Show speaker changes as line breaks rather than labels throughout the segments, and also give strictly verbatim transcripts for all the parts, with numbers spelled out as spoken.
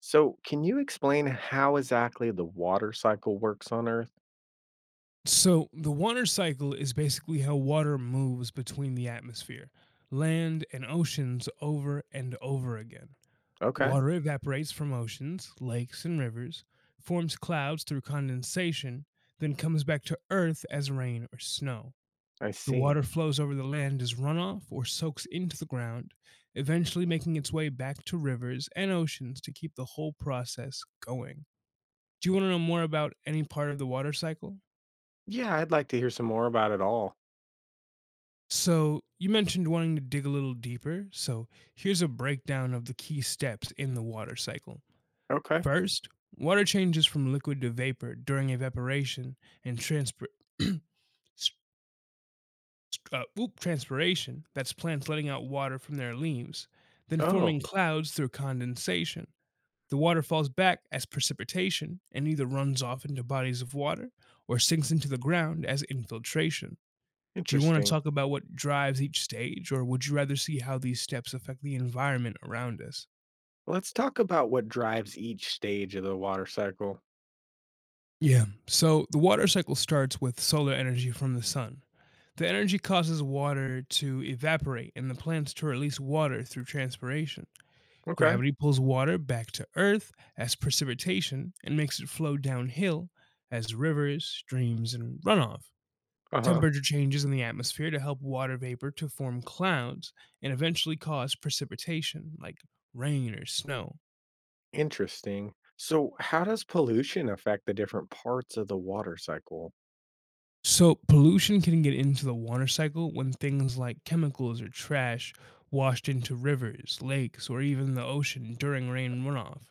So, can you explain how exactly the water cycle works on Earth?
So the water cycle is basically how water moves between the atmosphere, land, and oceans over and over again.
Okay,
Water evaporates from oceans, lakes, and rivers, forms clouds through condensation, then comes back to Earth as rain or snow.
I
The
see.
water flows over the land as runoff or soaks into the ground, eventually making its way back to rivers and oceans to keep the whole process going. Do you want to know more about any part of the water cycle?
Yeah, I'd like to hear some more about it all.
So, you mentioned wanting to dig a little deeper. So, here's a breakdown of the key steps in the water cycle.
Okay.
First, water changes from liquid to vapor during evaporation and transpir- s- uh, oop, transpiration. That's plants letting out water from their leaves, then
Oh,
forming clouds through condensation. The water falls back as precipitation and either runs off into bodies of water or sinks into the ground as infiltration. Do you want to
interesting.
talk about what drives each stage, or would you rather see how these steps affect the environment around us?
Let's talk about what drives each stage of the water cycle.
Yeah, so the water cycle starts with solar energy from the sun. The energy causes water to evaporate and the plants to release water through transpiration.
Okay.
Gravity pulls water back to Earth as precipitation and makes it flow downhill as rivers, streams, and runoff.
Uh huh.
Temperature changes in the atmosphere to help water vapor to form clouds and eventually cause precipitation, like rain or snow.
Interesting. So, how does pollution affect the different parts of the water cycle?
So, pollution can get into the water cycle when things like chemicals or trash washed into rivers, lakes, or even the ocean during rain runoff.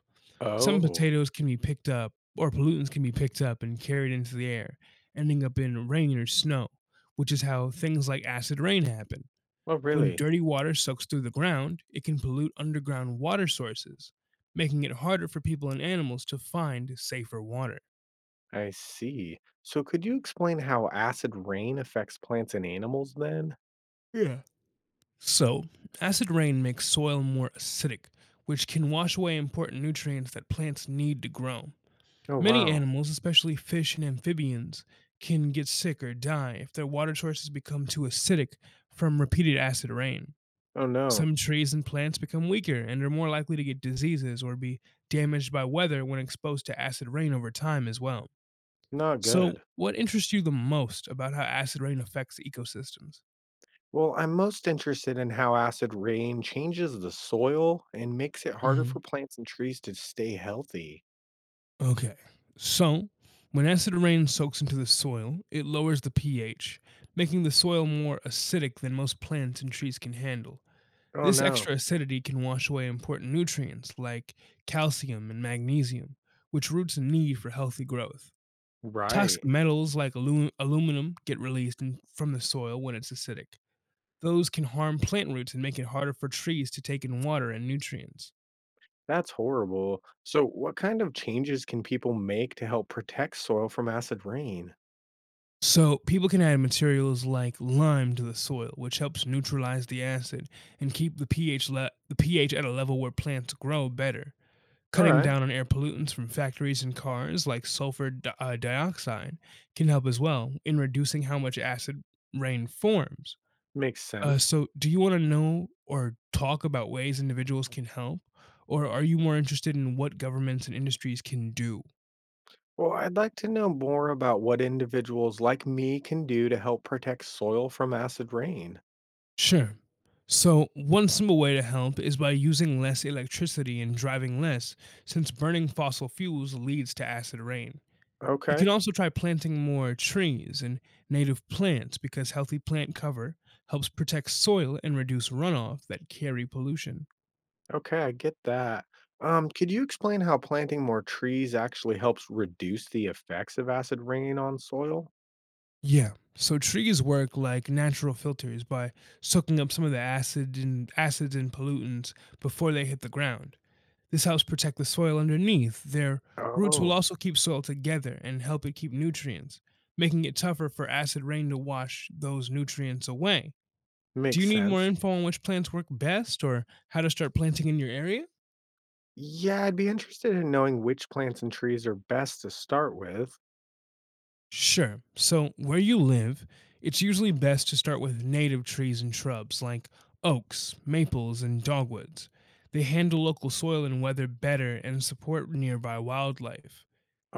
Some
Oh,
potatoes can be picked up, or pollutants can be picked up and carried into the air, ending up in rain or snow, which is how things like acid rain happen.
well,
When
really?
dirty water soaks through the ground, it can pollute underground water sources, making it harder for people and animals to find safer water.
I see. So, could you explain how acid rain affects plants and animals then?
Yeah. So, acid rain makes soil more acidic, which can wash away important nutrients that plants need to grow.
Oh,
Many
wow.
animals, especially fish and amphibians, can get sick or die if their water sources become too acidic from repeated acid rain.
Oh, no.
Some trees and plants become weaker and are more likely to get diseases or be damaged by weather when exposed to acid rain over time as well.
Not
So,
good.
what interests you the most about how acid rain affects ecosystems?
Well, I'm most interested in how acid rain changes the soil and makes it harder
Mhm.
for plants and trees to stay healthy.
Okay. So, when acid rain soaks into the soil, it lowers the p H, making the soil more acidic than most plants and trees can handle.
Oh,
This
no.
extra acidity can wash away important nutrients like calcium and magnesium, which roots need for healthy growth. Toxic
Right.
metals like alu- aluminum get released in, from the soil when it's acidic. Those can harm plant roots and make it harder for trees to take in water and nutrients.
That's horrible. So, what kind of changes can people make to help protect soil from acid rain?
So, people can add materials like lime to the soil, which helps neutralize the acid and keep the p H, le- the p H at a level where plants grow better.
All
Cutting
right.
down on air pollutants from factories and cars, like sulfur di- uh, dioxide, can help as well in reducing how much acid rain forms.
Makes
Uh,
sense.
so, do you want to know or talk about ways individuals can help, or are you more interested in what governments and industries can do?
Well, I'd like to know more about what individuals like me can do to help protect soil from acid rain.
Sure. So, one simple way to help is by using less electricity and driving less, since burning fossil fuels leads to acid rain. You
Okay.
can also try planting more trees and native plants because healthy plant cover helps protect soil and reduce runoff that carry pollution.
Okay, I get that. Um, could you explain how planting more trees actually helps reduce the effects of acid rain on soil?
Yeah. So trees work like natural filters by soaking up some of the acid and acids and pollutants before they hit the ground. This helps protect the soil underneath. Their roots will
Oh,
also keep soil together and help it keep nutrients, making it tougher for acid rain to wash those nutrients away. Do you
makes
need more
sense.
info on which plants work best or how to start planting in your area?
Yeah, I'd be interested in knowing which plants and trees are best to start with.
Sure. So, where you live, it's usually best to start with native trees and shrubs like oaks, maples, and dogwoods. They handle local soil and weather better and support nearby wildlife.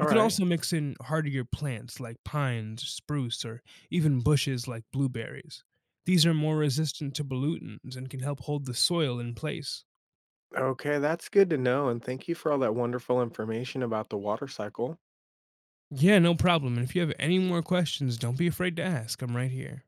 You can
right.
also mix in hardier plants like pines, spruce, or even bushes like blueberries. These are more resistant to pollutants and can help hold the soil in place.
Okay, that's good to know. And thank you for all that wonderful information about the water cycle.
Yeah, no problem. And if you have any more questions, don't be afraid to ask. I'm right here.